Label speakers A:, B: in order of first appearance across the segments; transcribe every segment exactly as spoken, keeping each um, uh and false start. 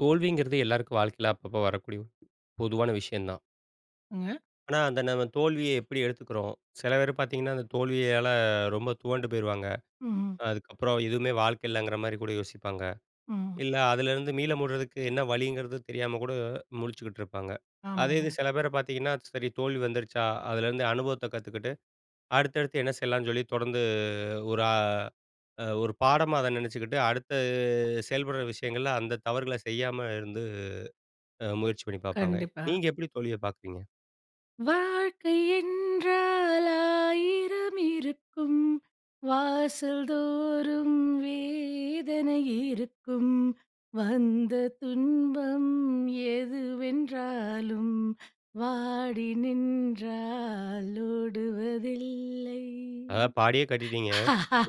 A: தோல்விங்கிறது எல்லாருக்கும் வாழ்க்கையில அப்பப்போ வரக்கூடிய ஒரு பொதுவான விஷயம்தான்.
B: ங்க.
A: ஆனா, அந்த நம்ம தோல்விய எப்படி எடுத்துக்கிறோம்? சில பேர் பார்த்தீங்கன்னா, அந்த தோல்வியால ரொம்ப துவண்டு போயிருவாங்க.
B: ம்.
A: அதுக்கப்புறம் எதுவுமே வாழ்க்கை இல்லங்கிற மாரி கூட யோசிப்பாங்க.
B: ம்.
A: இல்ல அதுலேருந்து மீள முடுறதுக்கு என்ன வழிங்கிறது தெரியாம கூட முழிச்சுக்கிட்டு இருப்பாங்க. அதே
B: ஆமாங்க.
A: இது சில பேர பார்த்தீங்கன்னா, சரி தோல்வி வந்துருச்சா, அதுலேருந்து அனுபவத்த கத்துக்கிட்டு, அடுத்தடுத்து என்ன செய்யலாம்னு சொல்லி தொடர்ந்து ஒரு அ ஒரு பாடமா அத நெனச்சுக்கிட்டு, அடுத்து செயல்படுற விஷயங்கள்ல அந்த தவறுகள செய்யாம இருந்து அ முயற்சி பண்ணி பார்ப்பாங்க.
B: கண்டிப்பா.
A: நீங்க எப்படி தோல்விய பார்க்குறீங்க?
B: வாழ்க்கை என்றால் ஆயிரம் இருக்கும். வாசல் தோறும் வேதனை இருக்கும். வந்த துன்பம் எதுவென்றாலும் வாடி நின்றால் ஓடுவதில்லை.
A: அதாவது பாடியே கட்டிட்டீங்க.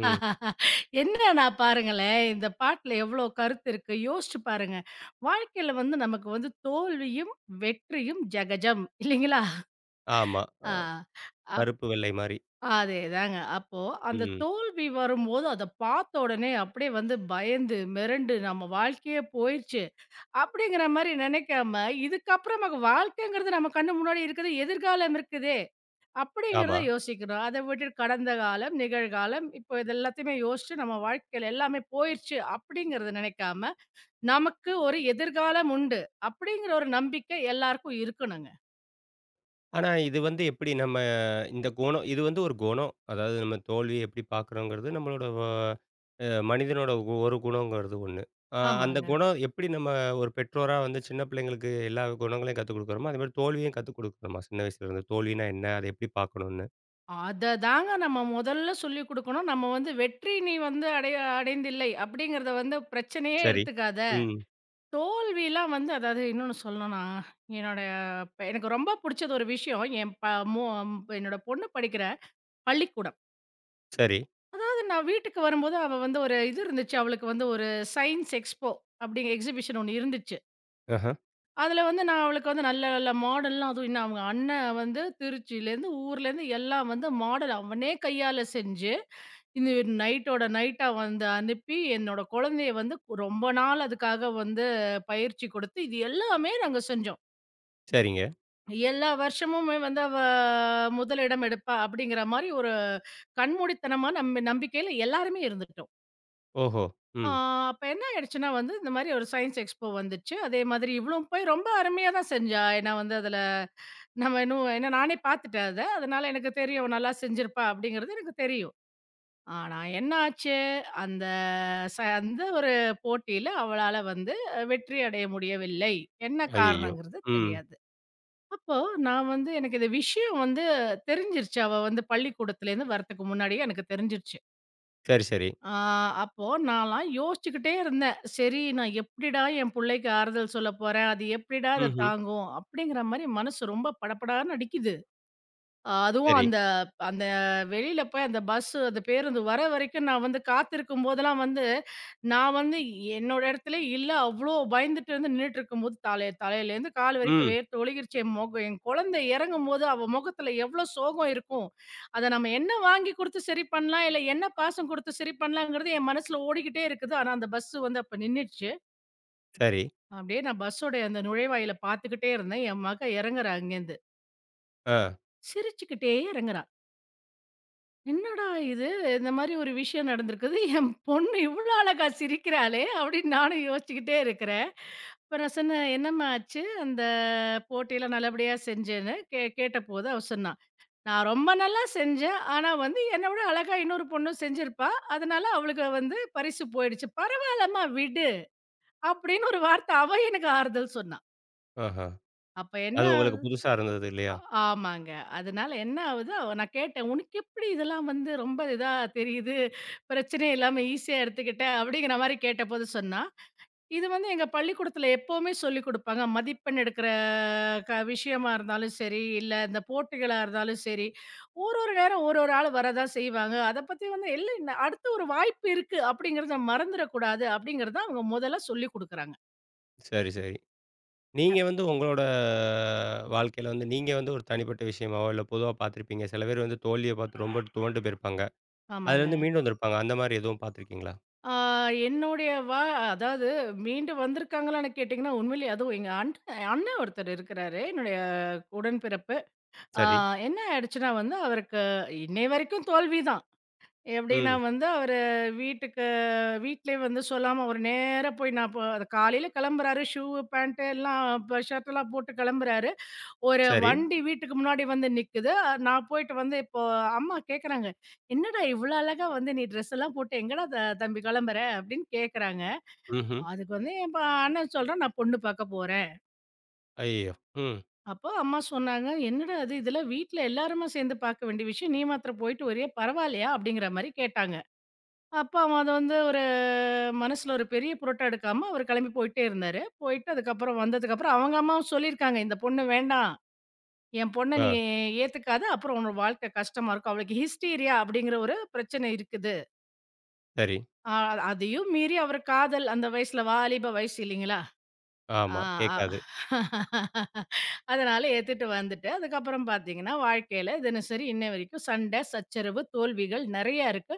A: ம்.
B: என்னன்னா பாருங்களேன், இந்த பாட்டுல எவ்ளோ கருத்து இருக்கு. யோசிச்சு பாருங்க. வாழ்க்கையில வந்து நமக்கு வந்து தோல்வியும், வெற்றியும் ஜகஜம் இல்லைங்களா?
A: ஆமா. அ
B: ஆ. அப்
A: கருப்பு, வெள்ளை மாரி.
B: அதேதாங்க. அப்போ அந்த
A: ம்.
B: தோல்வி வரும்போது அத பார்த்த உடனே அப்படியே வந்து பயந்து, மிரண்டு நம்ம வாழ்க்கையே போயிருச்சு. அப்படிங்கிற மாரி நினைக்காம, இதுக்கப்புறம் நமக்கு வாழ்க்கைங்கிறது நம்ம கண்ணு முன்னாடி இருக்குது. எதிர்காலம் இருக்குதே! அப்படிங்கிறத
A: ஆமா.
B: யோசிக்கணும். அத விட்டுட்டு கடந்த காலம், நிகழ்காலம் இப்போ இது எல்லாத்தையுமே யோசிச்சு நம்ம வாழ்க்கையில எல்லாமே போயிருச்சு அப்படிங்கிறத நினைக்காம, நமக்கு ஒரு எதிர்காலம் உண்டு. அப்படிங்கிற ஒரு நம்பிக்கை எல்லாருக்கும் இருக்கணுங்க.
A: ஆனா இது வந்து எப்படி நம்ம இந்த குணம் இது வந்து ஒரு குணம். அதாவது நம்ம தோல்விய எப்படி பார்க்குறோங்கிறது நம்மளோட வ அ மனிதனோட ஒரு குணங்கிறது ஒண்ணு. அ அந்த
B: ஆமாங்க.
A: குணம் எப்படி நம்ம ஒரு பெற்றோரா வந்து சின்ன பிள்ளைங்களுக்கு எல்லா குணங்களையும் கத்துக் குடுக்குறோமோ, அதேமாரி தோல்வியும் கத்துக் குடுக்கணுமா? சின்ன வயசுலேருந்து தோல்வினா என்ன? அத எப்படி பார்க்கணும்னு?
B: அத தாங்க நம்ம முதல்ல சொல்லிக் குடுக்கணும். நம்ம வந்து வெற்றி நீ வந்து அடைய அடைந்தில்லை அப்படிங்கிறத வந்து பிரச்சனையே
A: சரி.
B: எடுத்துக்காத.
A: ம்.
B: தோல்விலாம் வந்து அதாவது இன்னொன்னு சொல்லணும்னா, என்னோட இப்ப எனக்கு ரொம்ப புடிச்சது ஒரு விஷயம், என் ப மோ என்னோட பொண்ணு படிக்கிற பள்ளிக்கூடம்.
A: சரி.
B: அது நான் வீட்டுக்கு வரும்போது அவ வந்து ஒரு இது இருந்துச்சு, அவளுக்கு வந்து ஒரு சயின்ஸ் எக்ஸ்போ அப்படிங்கிற எக்ஸிபிஷன் ஒண்ணு இருந்துச்சு.
A: ஆஹா.
B: அதில வந்து நான் அவளுக்கு வந்து நல்ல நல்ல மாடல்லாம் அதுவும் இன்னும் அவங்க அண்ணன் வந்து திருச்சியிலேருந்து, ஊர்லேருந்து எல்லாம் வந்து மாடல் அவனே கையால செஞ்சு, இந்த நைட்டோட நைட்டா வந்து அனுப்பி, என்னோட குழந்தைய வந்து ரொம்ப நாள் அதுக்காக வந்து பயிற்சி கொடுத்து, இது எல்லாமே நாங்க செஞ்சோம்.
A: சரிங்க.
B: எல்லா வருஷமுமே வந்து அவ முதலிடம் எடுப்பா அப்படிங்கிற மாரி ஒரு கண்மூடித்தனமா நம்பி நம்பிக்கையில எல்லாருமே இருந்துட்டோம்.
A: ஓஹோ!
B: ஆ
A: ம்.
B: அப்ப என்ன ஆயிடுச்சுன்னா வந்து, இந்த மாரி ஒரு சயன்ஸ் எக்ஸ்போ வந்துச்சு. அதே மாதிரி இவளும் போய் ரொம்ப அருமையா தான் செஞ்சா. ஏன்னா வந்து அதுல நம்ம இன்னும் ஏன்னா நானே பார்த்துட்டேன் அத. அதனால எனக்கு தெரியும். "அவ நல்லா செஞ்சிருப்பா" அப்படிங்கிறது எனக்கு தெரியும். ஆனா என்ன ஆச்சு? அந்த ச அந்த ஒரு போட்டியில அவளால வந்து அஹ், வெற்றி அடைய முடியவில்லை. என்ன
A: ஐயய்யோ!
B: காரணங்கிறது
A: ம்.
B: தெரியாது. அப்போ நான் வந்து எனக்கு இந்த விஷயம் வந்து தெரிஞ்சிருச்சு. அவ வந்து பள்ளிக்கூடத்துலேருந்து வரதுக்கு முன்னாடியே எனக்கு தெரிஞ்சிருச்சு.
A: சரி, சரி.
B: ஆ அப்போ நான்லாம் யோசிச்சுக்கிட்டே இருந்தேன். சரி நான் எப்படிடா என் புள்ளைக்கு ஆறுதல் சொல்லப் போறேன்? அது எப்படிடா அத
A: ம்ஹ்ம்.
B: தாங்கும்? அப்படிங்கிற மாரி மனசு ரொம்ப படபடான்னு அடிக்குது. அஹ் அதுவும்
A: சரி.
B: அந்த அந்த வெளியில போய் அந்த பஸ், அந்த பேருந்து வர வரைக்கும் நான் வந்து காத்திருக்கும் போதெல்லாம் வந்து, நான் வந்து என்னோட இடத்துல இல்ல. அவ்ளோ பயந்துட்டு வந்து நின்னுட்டுருக்கும்போது தலை தலையிலேருந்து கால் வரைக்கும்
A: ம்.
B: வேர்த்து ஒழுகிருச்சு. என் முகம் என் குழந்தை இறங்கும்போது அவ முகத்துல எவ்ளோ சோகம் இருக்கும். அத நம்ம என்ன வாங்கி குடுத்து சரி பண்ணலாம், இல்ல என்ன பாசம் குடுத்து சரி பண்ணலாங்கிறது என் மனசுல ஓடிக்கிட்டே இருக்குது. ஆனா அந்த பஸ் வந்து அப்ப நின்னுடுச்சு.
A: சரி.
B: அப்படியே நான் பஸ்ஸோட அந்த நுழைவாயில பார்த்துக்கிட்டே இருந்தேன். என் மக இறங்குறா அங்கேருந்து.
A: ஆ.
B: சிரிச்சுக்கிட்டே இறங்குறா. என்னடா இது! இந்த மாரி ஒரு விஷயம் நடந்திருக்குது. என் பொண்ணு இவ்ளோ அழகா சிரிக்கிறாளே! அப்படின்னு நானும் யோசிச்சுக்கிட்டே இருக்கிறேன். அப்ப நான் சொன்னேன், "என்னம்மா ஆச்சு? அந்த போட்டியில நல்லபடியா செஞ்சேன்னு" கே கேட்டபோது அவ சொன்னா, "நான் ரொம்ப நல்லா செஞ்சேன். ஆனா வந்து என்ன விட அழகா இன்னொரு பொண்ணும் செஞ்சிருப்பா. அதனால அவளுக்கு வந்து பரிசு போயிடுச்சு. பரவால்லம்மா விடு" அப்படின்னு ஒரு வார்த்தை அவ எனக்கு ஆறுதல் சொன்னா.
A: ஆஹா.
B: அப்ப என்ன
A: அது உங்களுக்கு புதுசா இருந்தது இல்லையா?
B: அ ஆமாங்க. அதனால என்ன ஆவுது, அவ நான் கேட்டேன், "உனக்கு எப்படி இதெல்லாம் வந்து ரொம்ப இதா தெரியுது? பிரச்சனையே இல்லாம ஈஸியா எடுத்துக்கிட்ட." அப்படிங்கிற மாரி கேட்டபோது சொன்னா, "இது வந்து எங்க பள்ளிக்கூடத்துல எப்பவுமே சொல்லிக் குடுப்பாங்க. மதிப்பெண் எடுக்கிற க விஷயமா இருந்தாலும் சரி, இல்ல இந்த போட்டிகளா இருந்தாலும் சரி, ஒரு ஒரு நேரம் ஒரு ஒரு ஆள் வரதான் செய்வாங்க. அத பத்தி வந்து இல்ல இன்ன அடுத்து ஒரு வாய்ப்பு இருக்கு அப்படிங்கிறத மறந்துடக்கூடாது." அப்படிங்கிறத அவங்க முதல்ல சொல்லிக் குடுக்குறாங்க.
A: சரி, சரி. நீங்க வந்து உங்களோட வாழ்க்கையில வந்து நீங்க வந்து ஒரு தனிப்பட்ட விஷயமாவோ, இல்ல பொதுவா பார்த்துருப்பீங்க. சில பேர் வந்து தோல்விய பார்த்து ரொம்ப துவண்டு போயிருப்பாங்க.
B: ஆமாங்க.
A: அதுலேருந்து மீண்டு வந்திருப்பாங்க. அந்த மாரி எதுவும் பார்த்துருக்கீங்களா?
B: ஆ என்னுடைய வா அதாவது மீண்டு வந்திருக்காங்களான்னு கேட்டிங்கன்னா, உண்மையிலேயே அதுவும் எங்க அண்ணன் அண்ணன் ஒருத்தர் இருக்கிறாரு. என்னுடைய உடன்பிறப்பு. ஆ
A: சரி.
B: என்ன ஆயிடுச்சுன்னா வந்து, அவருக்கு இன்னை வரைக்கும் தோல்வி தான். எப்படின்னா
A: ம்.
B: வந்து, அவரு வீட்டுக்கு வீட்லயே வந்து சொல்லாம அவரு நேரா போய் நான் இப்ப காலையில கிளம்புறாரு. ஷூ, பேண்ட் எல்லாம் ப ஷர்ட்லாம் போட்டு கிளம்புறாரு. ஒரு
A: சரி.
B: வண்டி வீட்டுக்கு முன்னாடி வந்து நிக்குது. அ நான் போயிட்டு வந்து இப்போ அம்மா கேட்குறாங்க, "என்னடா இவ்ளோ அழகா வந்து நீ ட்ரெஸ் எல்லாம் போட்டு எங்கடா த தம்பி கிளம்புற?" அப்படின்னு கேட்குறாங்க.
A: ம்ஹ்ம்.
B: அதுக்கு வந்து என் ப அண்ணன் சொல்றான், "நான் பொண்ணு பார்க்க போறேன்."
A: ஐயய்யோ! ம்.
B: அப்போ அம்மா சொன்னாங்க, "என்னடா இது இதெல்லாம் வீட்ல எல்லாருமா சேர்ந்து பார்க்க வேண்டிய விஷயம். நீ மாத்திரம் போயிட்டு வரியா பரவாயில்லையா?" அப்படிங்கிற மாரி கேட்டாங்க. அப்ப அவன் அத வந்து ஒரு மனசுல ஒரு பெரிய பொருட்டா எடுக்காம அவரு கிளம்பி போயிட்டே இருந்தாரு. போயிட்டு அதுக்கப்புறம் வந்ததுக்கப்புறம் அவங்க அம்மாவும் சொல்லியிருக்காங்க, "இந்த பொண்ணு வேண்டாம். என் பொண்ண நீ
A: ஆ.
B: ஏத்துக்காத, அப்புறம் உன்னோட வாழ்க்கை கஷ்டமா இருக்கும். அவளுக்கு ஹிஸ்டீரியா அப்படிங்கிற ஒரு பிரச்சனை இருக்குது.
A: சரி.
B: அ அதையும் மீறி அவர் காதல் அந்த வயசுல வாலிப வயசு இல்லைங்களா? ஆ
A: ஆமா.
B: அ
A: கேட்காது.
B: அதனால ஏத்துட்டு வந்துட்டு, அதுக்கப்புறம் பார்த்தீங்கன்னா, வாழ்க்கையில தினசரி இன்னை வரைக்கும் சண்டை, சச்சரவு, தோல்விகள் நெறையா இருக்கு.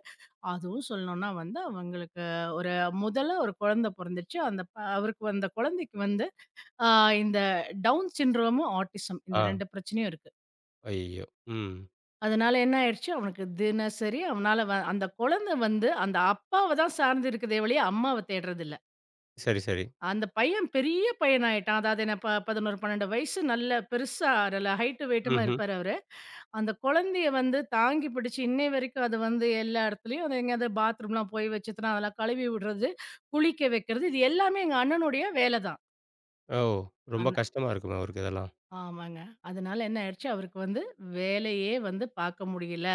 B: அதுவும் சொல்லணும்னா வந்து அவங்களுக்கு ஒரு முதல்ல ஒரு குழந்தை பொறந்துச்சு. அந்த ப- அவருக்கு அந்த குழந்தைக்கு வந்து அ இந்த டவுன் சிண்ட்ரோமும், ஆட்டிசம் இந்த
A: ஆ.
B: இரண்டு பிரச்சனையும் இருக்கு.
A: ஐயய்யோ! ம்.
B: அதனால என்ன ஆயிடுச்சு, அவனுக்கு தினசரி அவனால வ அந்த குழந்தை வந்து அந்த அப்பாவ தான் சார்ந்து இருக்குதே ஒழிய, அம்மாவ தேடுறதில்ல.
A: சரி, சரி.
B: அந்த பையன் பெரிய பையனாயிட்டான். அதாவது என்ன ப பதினொன்று, பன்னிரண்டு வயசு நல்ல பெருசா நல்ல ஹைட்டு வெயிட்டுமா
A: ம்ஹ்ம்.
B: இருப்பாரு அவரு. அந்த குழந்தைய வந்து தாங்கி பிடிச்சு இன்னை வரைக்கும் அது வந்து எல்லா இடத்துலயும், அது எங்கேயாவது பாத்ரூம்லாம் போய் வச்சுதுன்னா, அதெல்லாம் கழுவி விடுறது, குளிக்க வைக்கிறது, இது எல்லாமே எங்க அண்ணனுடைய வேலை
A: ஓ! ரொம்ப
B: தான்.
A: கஷ்டமா இருக்குமே அவருக்கு இதெல்லாம்.
B: ஆமாங்க. அதனால என்ன ஆயிடுச்சு, அவருக்கு வந்து வேலையே வந்து பார்க்க முடியல.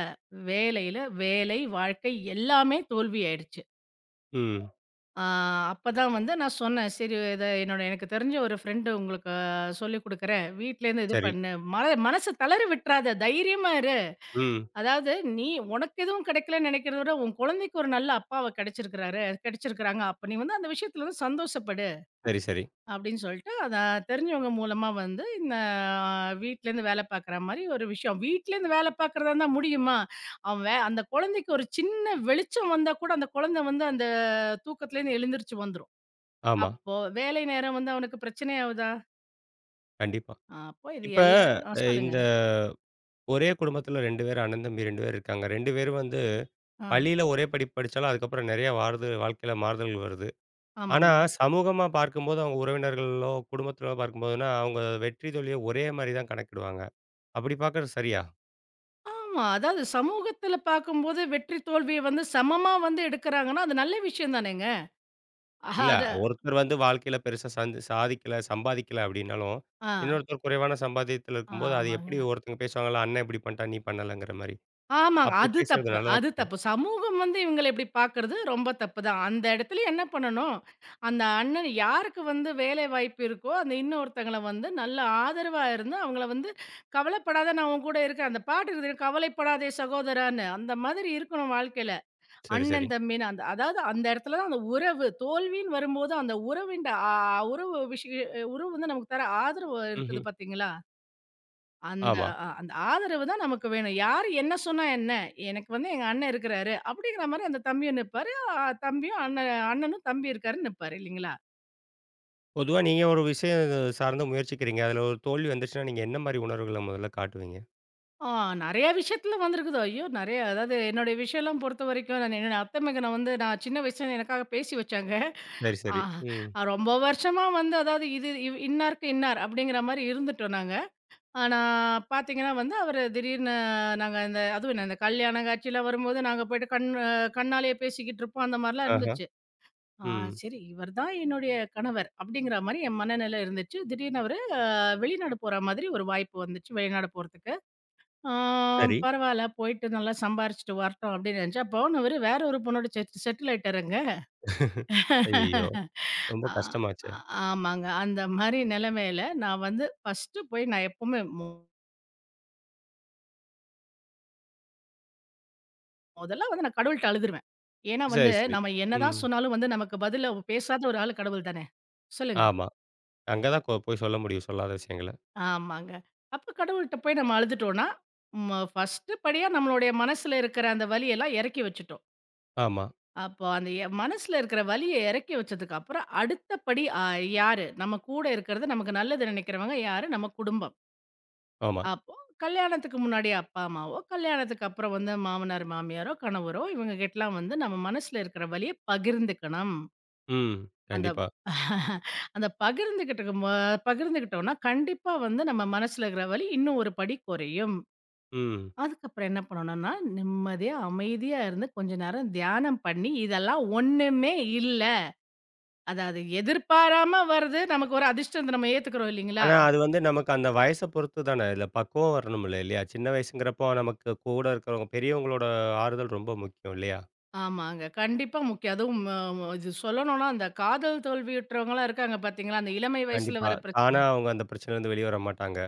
B: வேலையில வேலை, வாழ்க்கை எல்லாமே தோல்வி ஆயிடுச்சு.
A: ம்.
B: ஆ அப்பதான் வந்து நான் சொன்னேன், "சரி இத என்னோட எனக்கு தெரிஞ்ச ஒரு ஃப்ரெண்டு உங்களுக்கு சொல்லிக் குடுக்குறேன். வீட்லேருந்து இது
A: சரி.
B: பண்ணு. மன மனச தளர விட்டுறாத. தைரியமா இரு.
A: ம்.
B: அதாவது நீ உனக்கு எதுவும் கிடைக்கலன்னு நெனைக்கிறத விட, உன் குழந்தைக்கு ஒரு நல்ல அப்பாவ கிடைச்சிருக்கிறாரு கிடைச்சிருக்கிறாங்க. அப்ப நீ வந்து அந்த விஷயத்துல வந்து சந்தோஷப்படு."
A: சரி, சரி.
B: அப்படின்னு சொல்லிட்டு அத தெரிஞ்சவங்க மூலமா வந்து இந்த வீட்லேருந்து வேலை பார்க்குற மாரி ஒரு விஷயம். வீட்லேருந்து வேலை பார்க்குறதா இருந்தா முடியுமா? அவன் வே அந்த குழந்தைக்கு ஒரு சின்ன வெளிச்சம் வந்தா கூட அந்த குழந்தை வந்து அந்த தூக்கத்துலேருந்து எழுந்திரிச்சு வந்துரும்.
A: ஆமா.
B: அப்போ வேலை நேரம் வந்து அவனுக்கு பிரச்சனையாவுதா?
A: கண்டிப்பா.
B: அப்போ இது
A: இப்ப
B: எல்லா ஆ
A: அ
B: சொல்லுங்க.
A: இந்த ஒரே குடும்பத்துல இரண்டு பேர் அண்ணன், தம்பி இரண்டு பேர் இருக்காங்க. இரண்டு பேரும் வந்து
B: ஆ
A: பள்ளியில ஒரே படிப்பு படிச்சாலும், அதுக்கப்புறம் நெறைய மாறுது வாழ்க்கையில மாறுதல்கள் வருது. ஆனா
B: ஆமாங்க.
A: சமூகமா பார்க்கும்போது, அவங்க உறவினர்களோ, குடும்பத்திலோ பார்க்கும்போதுன்னா, அவங்க வெற்றி தோல்விய ஒரே மாரி தான் கணக்கிடுவாங்க. அப்படி பார்க்கறது சரியா?
B: ஆமா. அதாவது சமூகத்தில பார்க்கும்போது வெற்றி தோல்விய வந்து சமமா வந்து எடுக்குறாங்கன்னா, அது நல்ல விஷயம் தானேங்க. ஆஹா
A: இல்ல
B: அது
A: ஒருத்தர் வந்து வாழ்க்கையில பெருசா சந் சாதிக்கல, சம்பாதிக்கல அப்படின்னாலும்,
B: ஆ
A: இன்னொருத்தர் குறைவான சம்பாத்தியத்துல இருக்கும்போது, அது
B: ஆமாங்க.
A: எப்படி ஒருத்தங்க பேசுவாங்கல்ல, "அண்ணன் இப்படி பண்ணிட்டான், நீ பண்ணலங்கிற" மாரி.
B: ஆமாங்க.
A: அப்படி
B: அது
A: பேசுறது
B: தப்பு,
A: நல்லதா,
B: அது
A: கெட்டதா?
B: தப்பு. சமூகம் வந்து இவங்கள இப்டி பார்க்குறது ரொம்ப தப்பு தான். அந்த இடத்துல என்ன பண்ணணும், அந்த அண்ணன் யாருக்கு வந்து வேலை வாய்ப்பு இருக்கோ, அந்த இன்னொருத்தங்கள வந்து நல்ல ஆதரவா இருந்து, அவங்கள வந்து "கவலைப்படாத நான் உன் கூட இருக்கேன்." அந்த பாட்டு இருக்குது, "கவலைப்படாதே சகோதரான்னு." அந்த மாதிரி இருக்கணும் வாழ்க்கையில.
A: சரி, சரி.
B: அண்ணன் தம்பின்னு அந்த அதாவது அந்த இடத்துல தான் அந்த உறவு, தோல்வின்னு வரும்போது, அந்த உறவின்ட ஆ உறவு விஷய உறவு வந்து நமக்கு தர ஆதரவு
A: ம்ஹ்ம்.
B: இருக்குது பார்த்தீங்களா? அந்த
A: ஆமா.
B: அ அந்த ஆதரவு தான் நமக்கு வேணும். யாரு என்ன சொன்னா என்ன? எனக்கு வந்து எங்க அண்ணன் இருக்கிறாரு, அப்படிங்கிற மாரி அந்த தம்பியும் நிப்பாரு. அ தம்பியும் அண்ணன் அண்ணனும் தம்பி இருக்காருன்னு நிப்பாரு இல்லைங்களா?
A: பொதுவா நீங்க ஒரு விஷயம் சார்ந்து முயற்சிக்கிறீங்க. அதுல ஒரு தோல்வி வந்துச்சுன்னா, நீங்க என்ன மாரி உணர்வுகள முதல்ல காட்டுவீங்க?
B: ஆ நெறைய விஷயத்துல வந்திருக்குது. ஐயோ! நெறைய அதாவது என்னுடைய விஷயம்லாம் பொறுத்தவரைக்கும் நான் என்னோட அத்தை மகன வந்து நான் சின்ன வயசுல எனக்காக பேசி வச்சாங்க.
A: சரி,
B: ஆ
A: சரி. ம்.
B: ஆ, ரொம்ப வருஷமா வந்து அதாவது இது இவ் இன்னாருக்கு இன்னார் அப்படிங்கிற மாரி இருந்துட்டோம் நாங்க. ஆனா பார்த்தீங்கன்னா வந்து அவரு திடீர்னு நாங்க இந்த அதுவும் என்ன இந்த கல்யாண காட்சிலாம் வரும்போது நாங்க போயிட்டு கண் அஹ், கண்ணாலேயே பேசிக்கிட்டு இருப்போம். அந்த மாரிலாம்
A: ஆஹா.
B: இருந்துச்சு. ஆ
A: ம்.
B: சரி. இவர் தான் என்னுடைய கணவர் அப்படிங்கிற மாரி என் மனநிலை இருந்துச்சு. திடீர்னு அவரு அ வெளிநாடு போற மாதிரி ஒரு வாய்ப்பு வந்துச்சு, வெளிநாடு போறதுக்கு. ஆ
A: சரி.
B: பரவால்ல போயிட்டு நல்லா சம்பாரிச்சுட்டு வரட்டும் அப்படின்னு நெனச்சேன். அப்போ அவரு வேற ஒரு பொண்ணோட செட் செட்டில் ஆயிட்டாருங்க.
A: ஐயய்யோ! ரொம்ப
B: ஆ
A: கஷ்டமாச்சே!
B: ஆ- ஆமாங்க. அந்த மாரி நிலைமையில நான் வந்து ஃபர்ஸ்ட்டு போய் நான் எப்பவுமே மு- முதல்ல வந்து நான் கடவுள்ட்ட அழுதுருவேன். ஏன்னா வந்து
A: சரி, சரி.
B: நம்ம என்னதான்
A: ம்.
B: சொன்னாலும் வந்து நமக்கு பதில பேசாத ஒரு ஆள் கடவுள் தானே. சொல்லுங்க.
A: ஆமா. அங்க தான் கொ போய் சொல்ல முடியும். சொல்லாத விஷயங்கள.
B: ஆமாங்க. அப்ப கடவுள்ட்ட போய் நம்ம அழுதுட்டோம்ன்னா, ம ஃபர்ஸ்ட்டு படியா நம்மளுடைய மனசுல இருக்கிற அந்த வலியெல்லாம் இறக்கி வச்சுட்டோம்.
A: ஆமா,
B: அப்போ அந்த எ மனசுல இருக்கிற வலிய இறக்கி வச்சதுக்கப்புறம், அடுத்த படி அ யாரு? நம்ம கூட இருக்கிறது, நமக்கு நல்லது நினைக்கிறவங்க யாரு? நம்ம குடும்பம்.
A: ஆமா.
B: அப்போ கல்யாணத்துக்கு முன்னாடி அப்பா, அம்மாவோ, கல்யாணத்துக்கு அப்புறம் வந்து மாமனார், மாமியாரோ, கணவரோ இவங்ககிட்டலாம் வந்து நம்ம மனசுல இருக்கிற வலிய பகிர்ந்துக்கணும்.
A: ம்.
B: அந்த
A: கண்டிப்பா.
B: அந்த பகிர்ந்துக்கிட்டுக்கு ம பகிர்ந்துக்கிட்டோம்ன்னா, கண்டிப்பா வந்து நம்ம மனசுல இருக்கிற வலி இன்னும் ஒரு படி குறையும்.
A: ம்.
B: அதுக்கப்புறம் என்ன பண்ணணும்னா, நிம்மதியா, அமைதியா இருந்து கொஞ்ச நேரம் தியானம் பண்ணி, இதெல்லாம் ஒண்ணுமே இல்ல. அதாவது எதிர்பாராம வருது. நமக்கு ஒரு அதிர்ஷ்டத்த நம்ம ஏத்துக்கிறோம் இல்லைங்களா?
A: ஆனா, அது வந்து நமக்கு அந்த வயச பொறுத்து தானே! இதுல பக்குவம் வரணும்ல இல்லையா? சின்ன வயசுங்கிறப்போ நமக்கு கூட இருக்கிறவங்க பெரியவங்களோட ஆறுதல் ரொம்ப முக்கியம் இல்லையா?
B: ஆமாங்க. கண்டிப்பா முக்கியம். அதுவும் அ ம இது சொல்லணும்னா, அந்த காதல் தோல்வியுற்றவங்கலாம் இருக்காங்க பார்த்தீங்களா? அந்த இளமை வயசுல
A: கண்டிப்பா.
B: வர
A: தானா
B: பிரச்சனை.
A: அவங்க அந்த பிரச்சனையிலருந்து வெளிய வர மாட்டாங்க.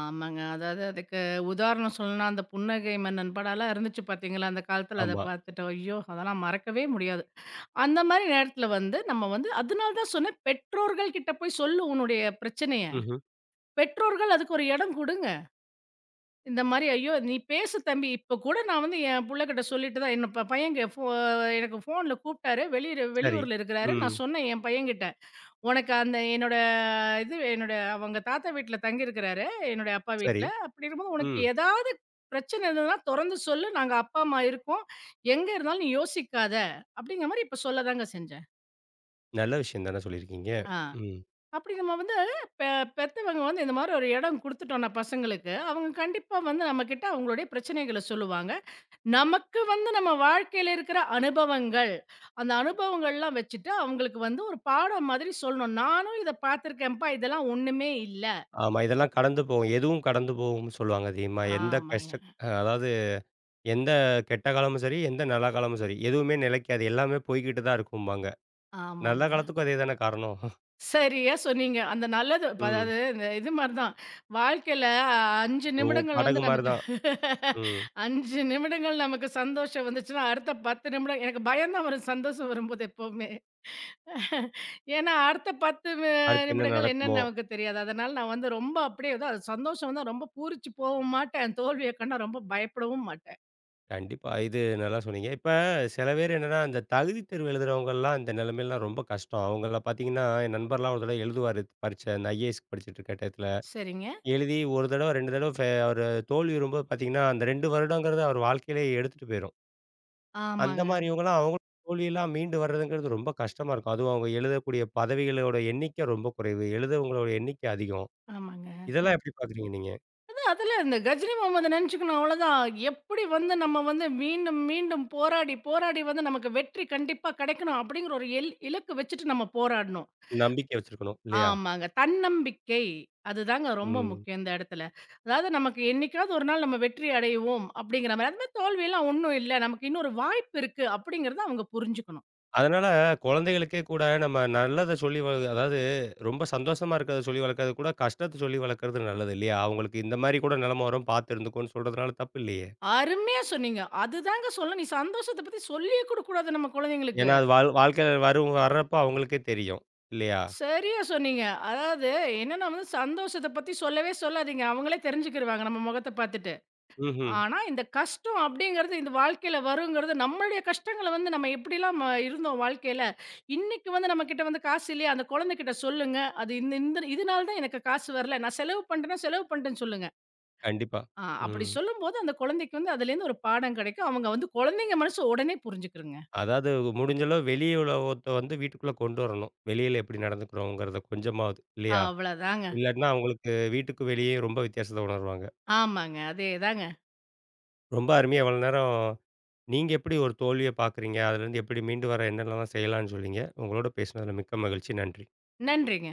B: ஆமாங்க. அதாவது அதுக்கு உதாரணம் சொல்லணும்னா, அந்த "புன்னகை மன்னன்" படம்லாம் இருந்துச்சு பார்த்தீங்களா? அந்த காலத்துல அத
A: ஆமா.
B: பார்த்துட்டு, ஐயோ! அதெல்லாம் மறக்கவே முடியாது. அந்த மாரி நேரத்துல வந்து நம்ம வந்து அதனால தான் சொன்னேன், பெற்றோர்கள் கிட்ட போய் சொல்லு உன்னுடைய பிரச்சனைய.
A: ம்ஹ்ம்.
B: பெற்றோர்கள் அதுக்கு ஒரு இடம் குடுங்க. இந்த மாரி ஐயோ! நீ பேசு தம்பி. இப்ப கூட நான் வந்து என் புள்ளகிட்ட சொல்லிட்டு தான், என்னோட பையன்ங்க ஃபோ எனக்கு ஃபோன்ல கூப்பிட்டாரு. வெளியூர்
A: சரி.
B: வெளியூர்ல இருக்கிறாரு.
A: ம்.
B: நான் சொன்னேன் என் பையன்கிட்ட, "உனக்கு அந்த என்னோட இது என்னோட அவங்க தாத்தா வீட்ல தங்கியிருக்கிறாரு, என்னுடைய அப்பா
A: சரி.
B: வீட்ல. அப்படி இருக்கும்போது உனக்கு
A: ம்.
B: ஏதாவது பிரச்சனை இருந்ததுன்னா தொறந்து சொல்லு. நாங்க அப்பா, அம்மா இருக்கோம். எங்க இருந்தாலும் நீ யோசிக்காத." அப்படிங்கிற மாரி இப்ப சொல்லதாங்க செஞ்சேன்.
A: நல்ல விஷயம் தானே சொல்லியிருக்கீங்க.
B: ஆ.
A: ம்.
B: அப்படி நம்ம வந்து பெ பெத்தவங்க வந்து இந்த மாரி ஒரு இடம் குடுத்துட்டோம்னா பசங்களுக்கு, அவங்க கண்டிப்பா வந்து நம்மகிட்ட அவங்களுடைய பிரச்சனைகள சொல்லுவாங்க. நமக்கு வந்து நம்ம வாழ்க்கையில இருக்கிற அனுபவங்கள், அந்த அனுபவங்கள்லாம் வச்சுட்டு அவங்களுக்கு வந்து ஒரு பாடம் மாதிரி சொல்லணும். "நானும் இத பார்த்துருக்கேன்ப்பா, இதெல்லாம் ஒண்ணுமே இல்ல."
A: ஆமா. இதெல்லாம் கடந்து போகும். எதுவும் கடந்து போகும்னு சொல்லுவாங்க தெரியுமா? எந்த
B: ஆமாங்க,
A: கஷ்ட அ அதாவது எந்த கெட்ட காலமும் சரி, எந்த நல்ல காலமும் சரி. எதுவுமே நிலைக்காது. எல்லாமே போய்க்கிட்டு தான் இருக்கும்பாங்க. நல்ல
B: ஆமாங்க.
A: காலத்துக்கும் அதே தானே காரணம்.
B: சரியா சொன்னீங்க. அந்த நல்லது இப்ப
A: ம்.
B: அதாவது இந்த இது மாரி தான். வாழ்க்கையில ஐந்து
A: ஒரு
B: நிமிடங்கள் வந்து
A: படகு மாரி
B: நமக்கு
A: தான். ம்.
B: ஐந்து நிமிடங்கள் நமக்கு சந்தோஷம் வந்துச்சுன்னா, அடுத்த பத்து நிமிடம் எனக்கு பயம் தான் வரும் சந்தோஷம் வரும்போது எப்பவுமே. ஏன்னா, அடுத்த பத்து வி
A: அடுத்து என்ன
B: நிமிடங்கள்
A: நடக்குமோ?
B: என்னன்னு நமக்கு தெரியாது. அதனால நான் வந்து ரொம்ப அப்படியே ஏதோ அது சந்தோஷம் வந்தா ரொம்ப பூரிச்சு போவும் மாட்டேன். தோல்விய கண்டா ரொம்ப பயப்படவும் மாட்டேன்.
A: கண்டிப்பா. இது நல்லா சொன்னீங்க. இப்ப சில பேர் என்னன்னா, இந்த தகுதி தேர்வு எழுதுறவங்கலாம் இந்த நிலைமைலாம் ரொம்ப கஷ்டம். அவங்கள பார்த்தீங்கன்னா, என் நண்பர்லாம் ஒரு தடவை எழுதுவாரு பரீட்சை. இந்த ஐஏஎஸ்க்கு படிச்சுட்டு இருக்க டயத்துல.
B: சரிங்க.
A: எழுதி ஒரு தடவ இரண்டு தடவ ஃபெ அவரு தோல்வியுறும்போது பார்த்தீங்கன்னா, அந்த இரண்டு வருடங்கிறது அவர் வாழ்க்கையிலே எடுத்துட்டு போயிரும். அந்த
B: ஆமாங்க,
A: மாரியவங்கலாம் அவங்களும் தோல்வியெல்லாம் மீண்டு வர்றதுங்கிறது ரொம்ப கஷ்டமா இருக்கும். அதுவும் அவங்க எழுதக்கூடிய பதவிகளோட எண்ணிக்கை ரொம்ப குறைவு. எழுதவங்களோட எண்ணிக்கை அதிகம்.
B: ஆமாங்க.
A: இதெல்லாம் எப்படி பார்க்குறீங்க நீங்க?
B: அதுல இந்த கஜினி முகமது நினைச்சுக்கணும் அவ்வளோதான். எப்படி வந்து நம்ம வந்து மீண்டும், மீண்டும் போராடி, போராடி வந்து நமக்கு வெற்றி கண்டிப்பா கிடைக்கணும் அப்படிங்கிற ஒரு எல் இலக்கு வச்சுட்டு நம்ம போராடணும்.
A: நம்பிக்கை வச்சிருக்கணும் இல்லையா?
B: ஆமாங்க. தன்னம்பிக்கை. அதுதாங்க ரொம்ப
A: ம்.
B: முக்கியம் இந்த இடத்துல. அதாவது நமக்கு என்னைக்காவது ஒரு நாள் நம்ம வெற்றி அடைவோம் அப்படிங்கிற மாரி. அது மாரி தோல்வியெல்லாம் ஒண்ணும் இல்ல. நமக்கு இன்னொரு வாய்ப்பு இருக்கு அப்படிங்கிறத அவங்க புரிஞ்சுக்கணும்.
A: அதனால குழந்தைகளுக்கே கூட நம்ம நல்லத சொல்லி வ அதாவது ரொம்ப சந்தோஷமா இருக்கிறத சொல்லி வளர்க்கறது கூட, கஷ்டத்த சொல்லி வளர்க்கறது நல்லது இல்லையா? அவங்களுக்கு இந்த மாரி கூட நிலைமை வரும் பார்த்து இருந்துக்கோன்னு சொல்றதுனால தப்பு இல்லையே!
B: அருமையா சொன்னீங்க. அதுதாங்க சொல்ல நீ சந்தோஷத்த பத்தி சொல்லியே குடுக்கக்கூடாது நம்ம குழந்தைங்களுக்கு.
A: ஏன்னா, அது வாழ் வாழ்க்கையில வரும் வர்றப்போ அவங்களுக்கே தெரியும். இல்லையா?
B: சரியா சொன்னீங்க. அதாவது என்னன்னா வந்து சந்தோஷத்த பத்தி சொல்லவே சொல்லாதீங்க. அவங்களே தெரிஞ்சுக்கிருவாங்க நம்ம முகத்த பார்த்துட்டு.
A: ம்ஹ்ம்.
B: ஆனா இந்த கஷ்டம் அப்படிங்கிறது இந்த வாழ்க்கையில வருங்கிறது நம்மளுடைய கஷ்டங்கள வந்து நம்ம எப்படிலாம் ம இருந்தோம் வாழ்க்கையில. இன்னைக்கு வந்து நம்மகிட்ட வந்து காசு இல்லையா, அந்த குழந்தைகிட்ட சொல்லுங்க. அது இந்த இந்த இதனால தான் எனக்கு காசு வரல. நான் செலவு பண்ட்டேன்னா செலவு பண்ட்டேன்னு சொல்லுங்க.
A: கண்டிப்பா.
B: ஆ அப்படி
A: ம்.
B: சொல்லும்போது அந்த குழந்தைக்கு வந்து அதுலேருந்து ஒரு பாடம் கிடைக்கும். அவங்க வந்து குழந்தைங்க மனசு உடனே புரிஞ்சுக்குருங்க.
A: அதாவது முடிஞ்ச அளவு வெளி உலகத்த வந்து வீட்டுக்குள்ள கொண்டு வரணும். வெளியில எப்படி நடந்துக்கிறோங்கிறத கொஞ்சமாவது. இல்லையா?
B: அவ்வளதாங்க.
A: இல்லாட்டினா அவங்களுக்கு வீட்டுக்கு வெளியே ரொம்ப வித்தியாசத்த உணருவாங்க.
B: ஆமாங்க. அதேதாங்க.
A: ரொம்ப அருமையா இவ்வளோ நேரம் நீங்க எப்படி ஒரு தோல்விய பார்க்குறீங்க? அதுலேருந்து எப்படி மீண்டு வர என்னென்னலாம் செய்யலான்னு சொன்னீங்க. உங்களோட பேசினதில மிக்க மகிழ்ச்சி. நன்றி.
B: நன்றிங்க.